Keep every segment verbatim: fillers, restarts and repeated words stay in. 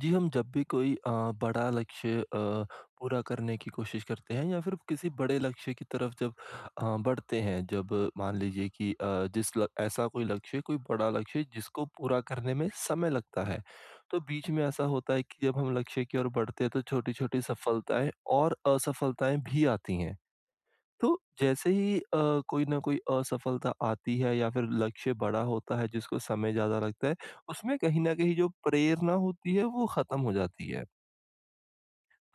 जी, हम जब भी कोई अ, बड़ा लक्ष्य अ, पूरा करने की कोशिश करते हैं या फिर किसी बड़े लक्ष्य की तरफ जब अ, बढ़ते हैं, जब मान लीजिए कि अ, जिस ल ऐसा कोई लक्ष्य, कोई बड़ा लक्ष्य जिसको पूरा करने में समय लगता है, तो बीच में ऐसा होता है कि जब हम लक्ष्य की ओर बढ़ते हैं, तो छोटी-छोटी सफलताएँ और असफलताएँ भी आती हैं। तो जैसे ही अ, कोई ना कोई असफलता आती है या फिर लक्ष्य बड़ा होता है जिसको समय ज़्यादा लगता है, उसमें कहीं न कहीं जो प्रेरणा होती है वो ख़त्म हो जाती है।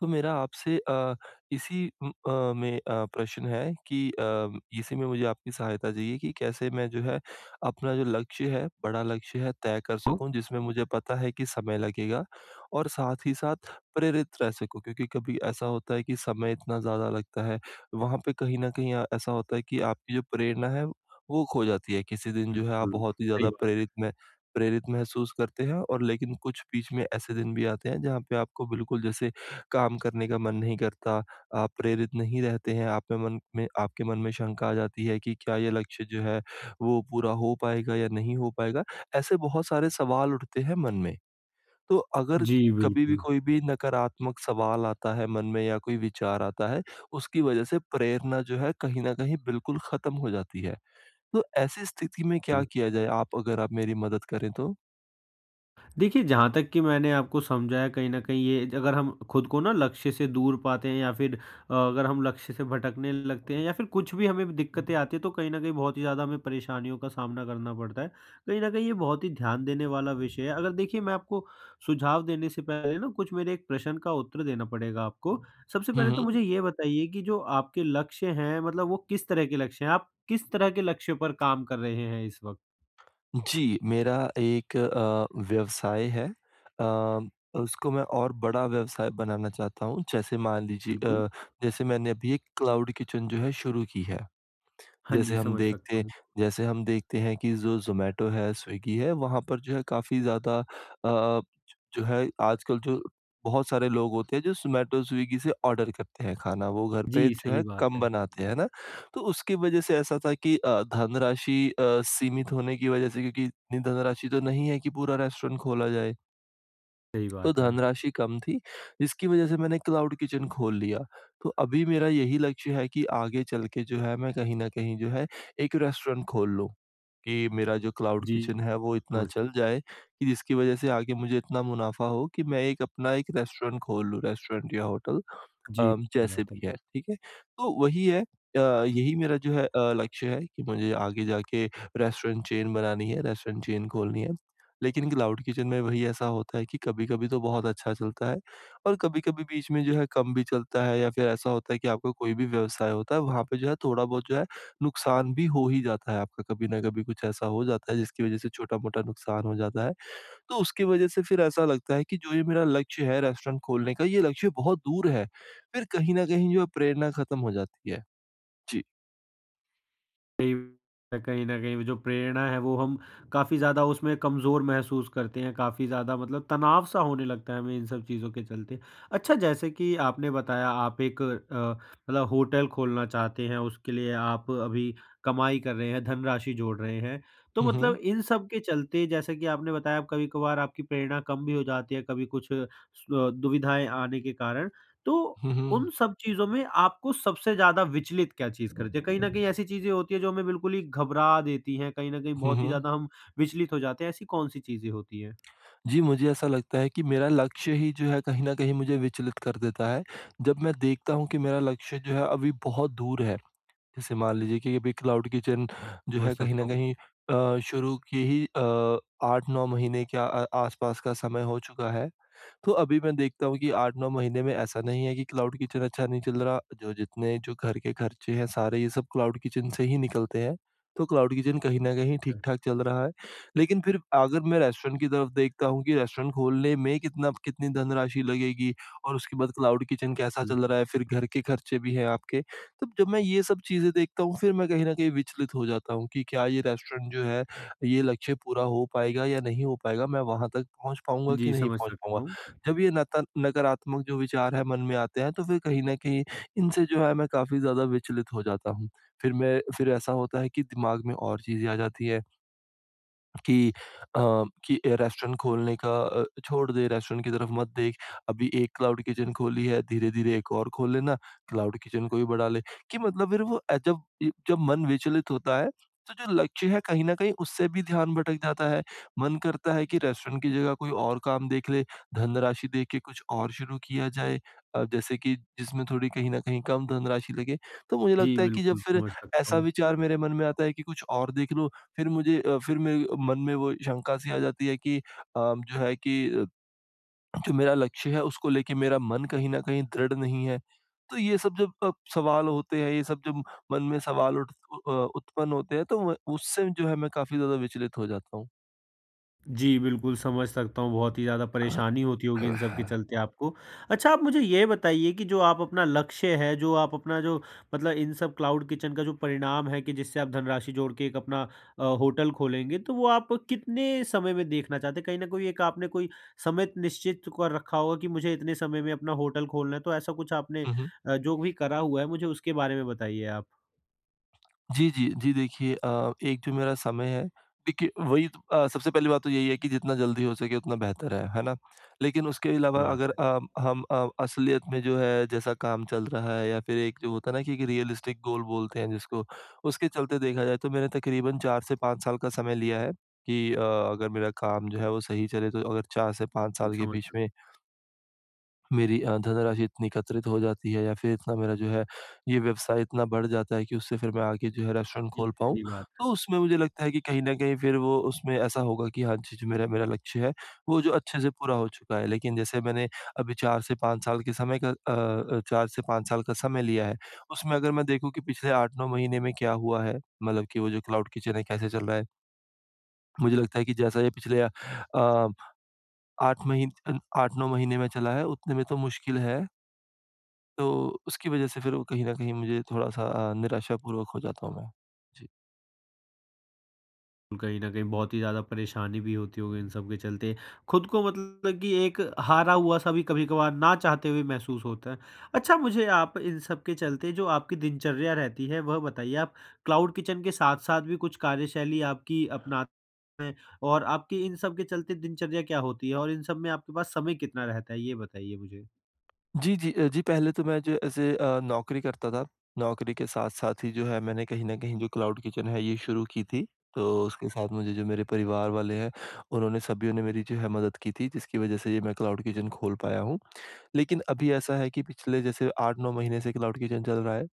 तो मेरा आपसे अ, इसी उम, अ, में अ, प्रश्न है कि अ, इसी में मुझे आपकी सहायता चाहिए कि कैसे मैं जो है अपना जो लक्ष्य है, बड़ा लक्ष्य है तय कर जी, सकूँ जिसमें मुझे पता है कि समय लगेगा और साथ ही साथ प्रेरित रह सकूँ क्योंकि कभी ऐसा होता है कि समय इतना ज़्यादा लगता है, वहाँ पे कहीं न कहीं अ, ऐसा होता है कि आपकी जो प्रेरणा है वो खो जाती है। किसी दिन जो है आप बिल्कुल, बहुत ही सही ज़्यादा बात। प्रेरित में प्रेरित महसूस करते हैं और लेकिन कुछ बीच में ऐसे दिन भी आते हैं जहाँ पे आपको बिल्कुल जैसे काम करने का मन नहीं करता, आप प्रेरित नहीं रहते हैं, आप में मन में आपके मन में शंका आ जाती है कि क्या ये लक्ष्य जो है वो पूरा हो पाएगा या नहीं हो पाएगा? ऐसे बहुत सारे सवाल उठते हैं मन में। तो अगर जी, कभी भी बिल्कुल। कोई भी नकारात्मक सवाल आता है मन में या कोई विचार आता है, उसकी वजह से प्रेरणा जो है कहीं न कहीं बिल्कुल ख़त्म हो जाती है। तो ऐसी स्थिति में क्या हुँ। किया जाए? आप अगर आप मेरी मदद करें तो? देखिए, जहाँ तक कि मैंने आपको समझाया कहीं न कहीं ये, अगर हम खुद को ना लक्ष्य से दूर पाते हैं या फिर अ, अगर हम लक्ष्य से भटकने लगते हैं या फिर कुछ भी हमें दिक्कतें आती हैं, तो कहीं न कहीं बहुत ही ज़्यादा हमें परेशानियों का सामना करना पड़ता है। कहीं न कहीं ये बहुत ही ध्यान देने वाला विषय है। अगर देखिए, मैं आपको सुझाव देने से पहले ना कुछ मेरे एक प्रश्न का उत्तर देना पड़ेगा आपको। सबसे हुँ, पहले तो हुँ। मुझे ये बताइए कि जो आपके लक्ष्य हैं, मतलब वो किस तरह के लक्ष्य हैं? आप किस तरह के लक्ष्य पर काम कर रहे हैं इस वक़्त? जी, मेरा एक अ, व्यवसाय है। अ, उसको मैं और बड़ा व्यवसाय बनाना चाहता हूँ। जैसे मान लीजिए बिल्कुल। अ, जैसे मैंने अभी एक क्लाउड किचन जो है शुरू की है। हाँ जैसे जी, हम समझ सकता देखते हूँ। जैसे हम देखते हैं कि जो ज़ोमैटो है, स्विगी है, वहाँ पर जो है काफ़ी ज़्यादा अ, जो है आजकल जो बहुत सारे लोग होते हैं जो ज़ोमैटो, स्विगी से ऑर्डर करते हैं खाना, वो घर पे जी, जो सही है बात कम है। बनाते हैं, है ना? तो उसकी वजह से ऐसा था कि अ, धनराशि अ, सीमित होने की वजह से क्योंकि इतनी धनराशि तो नहीं है कि पूरा रेस्टोरेंट खोला जाए। सही तो बात है। धनराशि कम थी, जिसकी वज़ह से मैंने क्लाउड किचन खोल लिया। तो अभी मेरा यही लक्ष्य है कि आगे चल के जो है मैं कहीं न कहीं जो है एक रेस्टोरेंट खोल लूँ, कि मेरा जो क्लाउड जी, किचन है वो इतना समझ सकता चल जाए कि जिसकी वज़ह से आगे मुझे इतना मुनाफ़ा हो कि मैं एक अपना एक रेस्टोरेंट खोल लूँ, रेस्टोरेंट या होटल। जी, अम, सही जैसे बात है। भी है, ठीक है? तो वही है अ, यही मेरा जो है अ, लक्ष्य है कि मुझे आगे जाके रेस्टोरेंट चेन बनानी है, रेस्टोरेंट चेन खोलनी है। लेकिन क्लाउड किचन में वही ऐसा होता है कि कभी-कभी तो बहुत अच्छा चलता है और कभी-कभी बीच में जो है कम भी चलता है या फिर ऐसा होता है कि आपका कोई भी व्यवसाय होता है, वहाँ पे जो है थोड़ा-बहुत जो है नुकसान भी हो ही जाता है आपका, कभी ना कभी कुछ ऐसा हो जाता है जिसकी वज़ह से छोटा-मोटा नुकसान हो जाता है। तो उसकी वजह से फिर ऐसा लगता है कि जो ये मेरा लक्ष्य है रेस्टोरेंट खोलने का, ये लक्ष्य बहुत दूर है। फिर कहीं न कहीं जो है प्रेरणा खत्म हो जाती है। जी। सही, कहीं न कहीं जो प्रेरणा है, वो हम काफ़ी ज़्यादा उसमें कमज़ोर महसूस करते हैं, काफ़ी ज़्यादा मतलब तनाव सा होने लगता है हमें इन सब चीज़ों के चलते। अच्छा, जैसे कि आपने बताया आप एक अ, मतलब होटल खोलना चाहते हैं, उसके लिए आप अभी कमाई कर रहे हैं, धनराशि जोड़ रहे हैं। तो हुँ, मतलब हुँ। इन सब के चलते जैसे कि आपने बताया, आप कभी-कभार आपकी प्रेरणा कम भी हो जाती है, कभी कुछ स दुविधाएँ आने के कारण। तो हुँ, उन हुँ। सब चीज़ों में आपको सबसे ज़्यादा विचलित क्या चीज़ करती है? कहीं न कहीं ऐसी चीज़ें होती हैं जो हमें बिल्कुल ही घबरा देती हैं, कहीं न कहीं हुँ, बहुत ही हुँ। ज़्यादा हम विचलित हो जाते हैं, ऐसी कौन-सी चीज़ें होती हैं? जी, मुझे ऐसा लगता है कि मेरा लक्ष्य ही जो है कहीं न कहीं मुझे विचलित कर देता है। जब मैं देखता हूँ कि मेरा लक्ष्य जो है अभी बहुत दूर है। जैसे मान लीजिए कि अभी क्लाउड किचन जो समझ है कहीं सकता न हूँ। कहीं अ, शुरू की ही अ, आठ नौ महीने के अ, आसपास का समय हो चुका है। तो अभी मैं देखता हूँ कि आठ नौ महीने में ऐसा नहीं है कि क्लाउड किचन अच्छा नहीं चल रहा, जो जितने जो घर के खर्चे हैं सारे ये सब क्लाउड किचन से ही निकलते हैं। तो क्लाउड किचन कहीं न कहीं ठीक-ठाक चल रहा है। लेकिन फिर अगर मैं रेस्टोरेंट की तरफ देखता हूँ कि रेस्टोरेंट खोलने में कितना कितनी धनराशि लगेगी और उसके बाद क्लाउड किचन कैसा हुँ। चल रहा है, फिर घर के खर्चे भी हैं आपके। तब जब मैं ये सब चीज़ें देखता हूँ फिर मैं कहीं न कहीं विचलित हो जाता हूँ कि क्या ये रेस्टोरेंट जो है, ये लक्ष्य पूरा हो पाएगा या नहीं हो पाएगा? मैं वहाँ तक पहुँच पाऊँगा कि जी, नहीं समझ पहुँच सकता पाऊँगा? हूँ। जब ये नता नकारात्मक जो विचार है मन में आते हैं तो फिर कहीं न कहीं इनसे जो है मैं काफ़ी ज़्यादा विचलित हो जाता हूँ। फिर मैं फिर ऐसा होता है कि दिमाग में और चीज़ें आ जाती हैं। कि अ, कि अ, रेस्टोरेंट खोलने का अ, छोड़ दे, रेस्टोरेंट की तरफ मत देख, अभी एक क्लाउड किचन खोली है, धीरे-धीरे एक और खोल लेना, क्लाउड किचन को भी बढ़ा ले। कि मतलब फिर वो अ, जब इ जब मन विचलित होता है, तो जो लक्ष्य है कहीं न कहीं उससे भी ध्यान भटक जाता है। मन करता है कि रेस्टोरेंट की जगह कोई और काम देख ले, धनराशि देख के कुछ और शुरू किया जाए अ, जैसे कि जिसमें थोड़ी कहीं न कहीं कम धनराशि लगे। तो मुझे जी, लगता है कि जब बिल्कुल फिर समझ सकता ऐसा हूँ। विचार मेरे मन में आता है कि कुछ और देख लो फिर मुझे अ, फिर मेरे मन में वो शंका सी आ जाती है कि अ, जो है कि अ, जो मेरा लक्ष्य है उसको लेके मेरा मन कहीं न कहीं दृढ़ नहीं है। तो ये सब जब अ, सवाल होते हैं, ये सब जब मन में सवाल उठ अ, उत्पन्न होते हैं तो व उससे जो है मैं काफ़ी ज़्यादा विचलित हो जाता हूँ। जी, बिल्कुल समझ सकता हूँ, बहुत ही ज़्यादा परेशानी होती होगी इन सब के चलते आपको। अच्छा, आप मुझे ये बताइए कि जो आप अपना लक्ष्य है, जो आप अपना जो मतलब इन सब क्लाउड किचन का जो परिणाम है कि जिससे आप धनराशि जोड़ के एक अपना अ, होटल खोलेंगे, तो वो आप कितने समय में देखना चाहते हैं? कहीं न कहीं एक आपने कोई समय निश्चित कर रखा होगा कि मुझे इतने समय में अपना होटल खोलना है, तो ऐसा कुछ आपने हुँ, हुँ। अ, जो भी करा हुआ है, मुझे उसके बारे में बताइए आप। जी, जी। जी, देखिए अ, एक जो मेरा समय है, देखिए वही तो अ, सबसे पहली बात तो यही है कि जितना जल्दी हो सके उतना बेहतर है, है ना? लेकिन उसके सही अलावा बात अगर है, अ, हम अ, असलियत में जो है जैसा काम चल रहा है या फिर एक जो होता है ना कि एक रियलिस्टिक गोल बोलते हैं जिसको, उसके चलते देखा जाए तो मैंने तकरीबन चार से पाँच साल का समय लिया है कि अ, अगर मेरा काम जो है वो सही चले तो अगर चार से पाँच साल के समझ बीच सकते हैं। में मेरी अ, धनराशि इतनी एकत्रित हो जाती है या फिर इतना मेरा जो है ये व्यवसाय इतना बढ़ जाता है कि उससे फिर मैं आगे जो है रेस्टोरेंट जी, खोल पाऊँ। सही बात। तो उसमें मुझे लगता है कि कहीं न कहीं फिर वो उसमें ऐसा होगा कि हाँ जी, जो मेरा मेरा लक्ष्य है वो जो अच्छे से पूरा हो चुका है। लेकिन जैसे मैंने अभी चार से पाँच साल के समय का अ अ, चार से पाँच साल का समय लिया है, उसमें अगर मैं देखूँ कि पिछले आठ नौ महीने में क्या हुआ है, मतलब कि वो जो क्लाउड किचन है कैसे चल रहा है। मुझे लगता है कि जैसा ये पिछले अ, 8 महीन अ, आठ नौ महीने में चला है उतने में तो मुश्किल है तो उसकी वजह से फिर वो कहीं न कहीं मुझे थोड़ा-सा अ, निराशापूर्वक हो जाता हूँ मैं। जी। कहीं न कहीं बहुत ही ज़्यादा परेशानी भी होती होगी इन सब के चलते। खुद को मतलब कि एक हारा हुआ-सा भी कभी-कभार ना चाहते हुए महसूस होता है। अच्छा, मुझे आप इन सब के चलते जो आपकी दिनचर्या रहती है वह बताइए? आप क्लाउड किचन के साथ-साथ भी कुछ कार्यशैली आपकी अपनाते हैं? और आपकी इन सब के चलते दिनचर्या क्या होती है? और इन सब में आपके पास समय कितना रहता है? ये बताइए मुझे। जी, जी अ, जी पहले तो मैं जो ऐसे अ, नौकरी करता था। नौकरी के साथ-साथ ही जो है मैंने कहीं न कहीं जो क्लाउड किचन है ये शुरू की थी। तो उसके साथ मुझे जो मेरे परिवार वाले हैं उन्होंने सभी ने मेरी जो है मदद की थी जिसकी वजह से ये मैं क्लाउड किचन खोल पाया हूँ। लेकिन अभी ऐसा है कि पिछले जैसे आठ नौ महीने से क्लाउड किचन चल रहा है।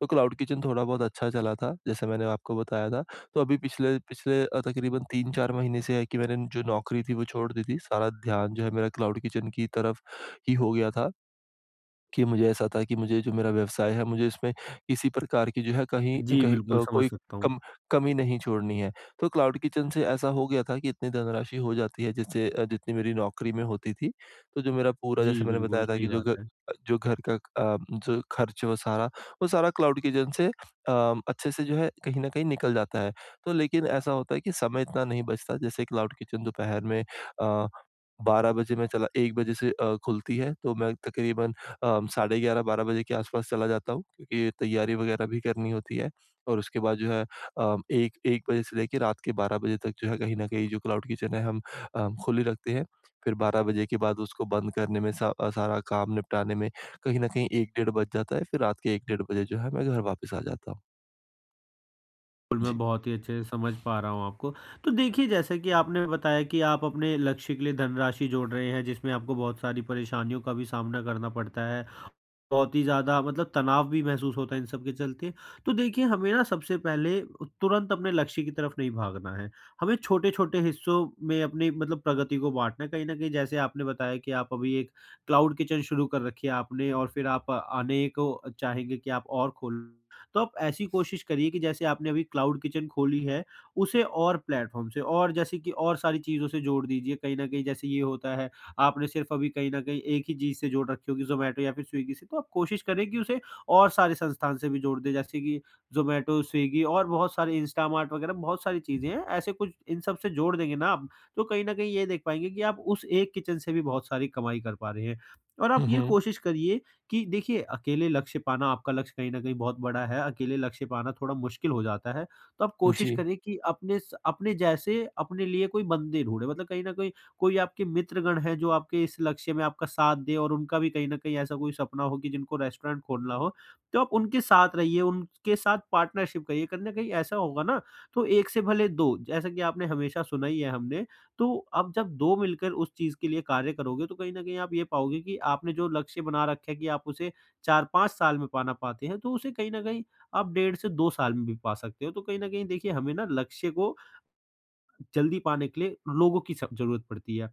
तो क्लाउड किचन थोड़ा बहुत अच्छा चला था, जैसे मैंने आपको बताया था। तो अभी पिछले पिछले अ, तकरीबन तीन चार महीने से है कि मैंने जो नौकरी थी वो छोड़ दी थी। सारा ध्यान जो है मेरा क्लाउड किचन की तरफ ही हो गया था। कि मुझे ऐसा था कि मुझे जो मेरा व्यवसाय है, मुझे इसमें किसी प्रकार की जो है कहीं जी, कहीं बिल्कुल अ, समझ कोई सकता हूँ। कम कमी नहीं छोड़नी है। तो क्लाउड किचन से ऐसा हो गया था कि इतनी धनराशि हो जाती है जिससे अ, जितनी मेरी नौकरी में होती थी। तो जो मेरा पूरा जी, जैसे मैंने बिल्कुल बताया था सही कि जो बात घ है। जो घर का अ, जो खर्च है वो सारा, वो सारा क्लाउड किचन से अ, अच्छे से जो है कहीं न कहीं निकल जाता है। तो लेकिन ऐसा होता है कि समय इतना नहीं बचता जैसे क्लाउड किचन दोपहर में अ बारह बजे मैं चला एक बजे से अ, खुलती है तो मैं तकरीबन अ, साढ़े ग्यारह बारह बजे के आस-पास चला जाता हूँ क्योंकि तैयारी वगैरह भी करनी होती है और उसके बाद जो है अ, 1 1 बजे से लेके रात के बारह बजे तक जो है कहीं न कहीं जो क्लाउड किचन है हम अ, खुली रखते हैं। फिर बारह बजे के बाद उसको बंद करने में सा अ, सारा काम निपटाने में कहीं न कहीं एक डेढ़ बज जाता है फिर रात के एक डेढ़ बजे जो है मैं घर वापस आ जाता हूँ। बिल्कुल, जी। मैं बहुत ही अच्छे से समझ पा रहा हूँ आपको। तो देखिए, जैसे कि आपने बताया कि आप अपने लक्ष्य के लिए धनराशि जोड़ रहे हैं, जिसमें आपको बहुत सारी परेशानियों का भी सामना करना पड़ता है, बहुत ही ज़्यादा मतलब तनाव भी महसूस होता है इन सब के चलते। तो देखिए, हमें ना सबसे पहले तुरंत अपने लक्ष्य की तरफ नहीं भागना है। हमें छोटे-छोटे हिस्सों में अपनी मतलब प्रगति को बाँटना है। कहीं न कहीं जैसे आपने बताया कि आप अभी एक क्लाउड किचन शुरू कर रखी है आपने, और फिर आप आने को चाहेंगे कि आप और खोलें। तो आप ऐसी कोशिश करिए कि जैसे आपने अभी क्लाउड किचन खोली है, उसे और प्लेटफ़ॉर्म से और जैसे कि और सारी चीज़ों से जोड़ दीजिए। कहीं न कहीं जैसे ये होता है, आपने सिर्फ अभी कहीं न कहीं एक ही चीज़ से जोड़ रखी होगी, ज़ोमैटो या फिर स्विगी से, तो आप कोशिश करें कि उसे और सारे संस्थान से भी जोड़ दें, जैसे कि ज़ोमैटो, स्विगी और बहुत सारे इंस्टामार्ट वगैरह बहुत सारी चीज़ें हैं। ऐसे कुछ इन सब से जोड़ देंगे ना आप, तो कहीं न कहीं ये देख पाएँगे कि आप उस एक किचन से भी बहुत सारी कमाई कर पा रहे हैं। और आप हुँ, ये हुँ। कोशिश करिए कि देखिए, अकेले लक्ष्य पाना, आपका लक्ष्य कहीं न कहीं बहुत बड़ा है, अकेले लक्ष्य पाना थोड़ा मुश्किल हो जाता है। तो आप कोशिश जी। करें कि अपने स अपने जैसे अपने लिए कोई बंदे ढूँढें, मतलब कहीं न कहीं कोई आपके मित्रगण हैं जो आपके इस लक्ष्य में आपका साथ दें, और उनका भी कहीं न कहीं ऐसा कोई सपना हो कि जिनको रेस्टोरेंट खोलना हो, तो आप उनके साथ रहिए, उनके साथ पार्टनरशिप करिए। कहीं न कहीं ऐसा होगा ना, तो एक से भले दो, जैसा कि आपने हमेशा सुना ही है हमने, तो अब जब दो मिलकर उस चीज़ के लिए कार्य करोगे, तो कहीं न कहीं आप ये पाओगे कि आपने जो लक्ष्य बना रखा है कि आप उसे चार पाँच साल में पाना पाते हैं, तो उसे कहीं न कहीं आप डेढ़ से दो साल में भी पा सकते हो। तो कहीं न कहीं देखिए, हमें ना लक्ष्य को जल्दी पाने के लिए लोगों की स ज़रूरत पड़ती है।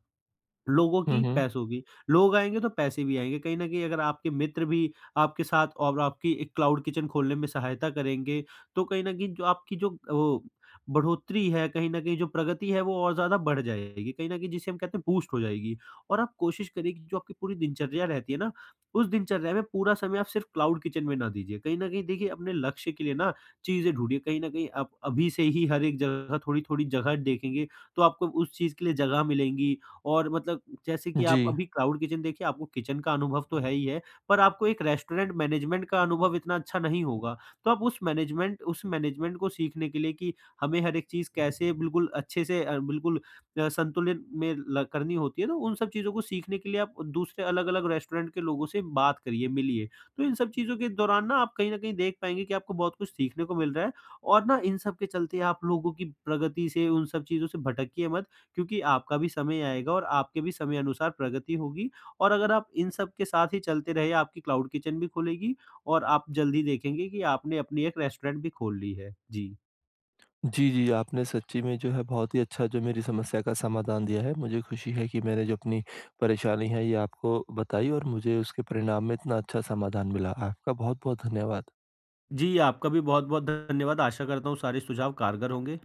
लोगों हुँ, की, हुँ। पैसों की। लोग आएँगे तो पैसे भी आएँगे। कहीं न कहीं अगर आपके मित्र भी आपके साथ और आपकी एक क्लाउड किचन खोलने में सहायता करेंगे, तो कहीं न कहीं जो आपकी जो वो बढ़ोतरी है, कहीं न कहीं जो प्रगति है, वो और ज़्यादा बढ़ जाएगी। कहीं न कहीं जिसे हम कहते हैं बूस्ट हो जाएगी। और आप कोशिश करिए कि जो आपकी पूरी दिनचर्या रहती है ना, उस दिनचर्या में पूरा समय आप सिर्फ़ क्लाउड किचन में ना दीजिए। कहीं न कहीं देखिए, अपने लक्ष्य के लिए ना चीज़ें ढूँढिए। कहीं न कहीं आप अभी से ही हर एक जगह थोड़ी-थोड़ी जगह देखेंगे, तो आपको उस चीज़ के लिए जगह मिलेंगी। और मतलब जैसे कि आप जी। अभी क्लाउड किचन देखिए, आपको किचन का अनुभव तो है ही है, पर आपको एक रेस्टोरेंट मैनेजमेंट का अनुभव इतना अच्छा नहीं होगा। तो आप उस मैनेजमेंट उस मैनेजमेंट को सीखने के लिए कि हमें हर एक चीज़ कैसे बिल्कुल अच्छे से अ, बिल्कुल अ, संतुलन में ल करनी होती है, तो उन सब चीज़ों को सीखने के लिए आप दूसरे अलग-अलग रेस्टोरेंट के लोगों से बात करिए, मिलिए। तो इन सब चीज़ों के दौरान ना आप कहीं न कहीं देख पाएँगे कि आपको बहुत कुछ सीखने को मिल रहा है, और ना इन सब के चलते आप लोगों की प्रगति से, उन सब चीज़ों से भटकिए मत क्योंकि आपका भी समय आएगा और आपके भी समय अनुसार प्रगति होगी, और अगर आप इन सब के साथ ही चलते रहे, आपकी क्लाउड किचन भी खुलेगी और आप जल्दी देखेंगे कि आपने अपनी एक रेस्टोरेंट भी खोल ली है। जी। जी, जी, आपने सच्ची में जो है बहुत ही अच्छा जो मेरी समस्या का समाधान दिया है। मुझे खुशी है कि मैंने जो अपनी परेशानी है ये आपको बताई और मुझे उसके परिणाम में इतना अच्छा समाधान मिला। आपका बहुत-बहुत धन्यवाद। जी, आपका भी बहुत-बहुत धन्यवाद। आशा करता हूँ सारे सुझाव कारगर होंगे।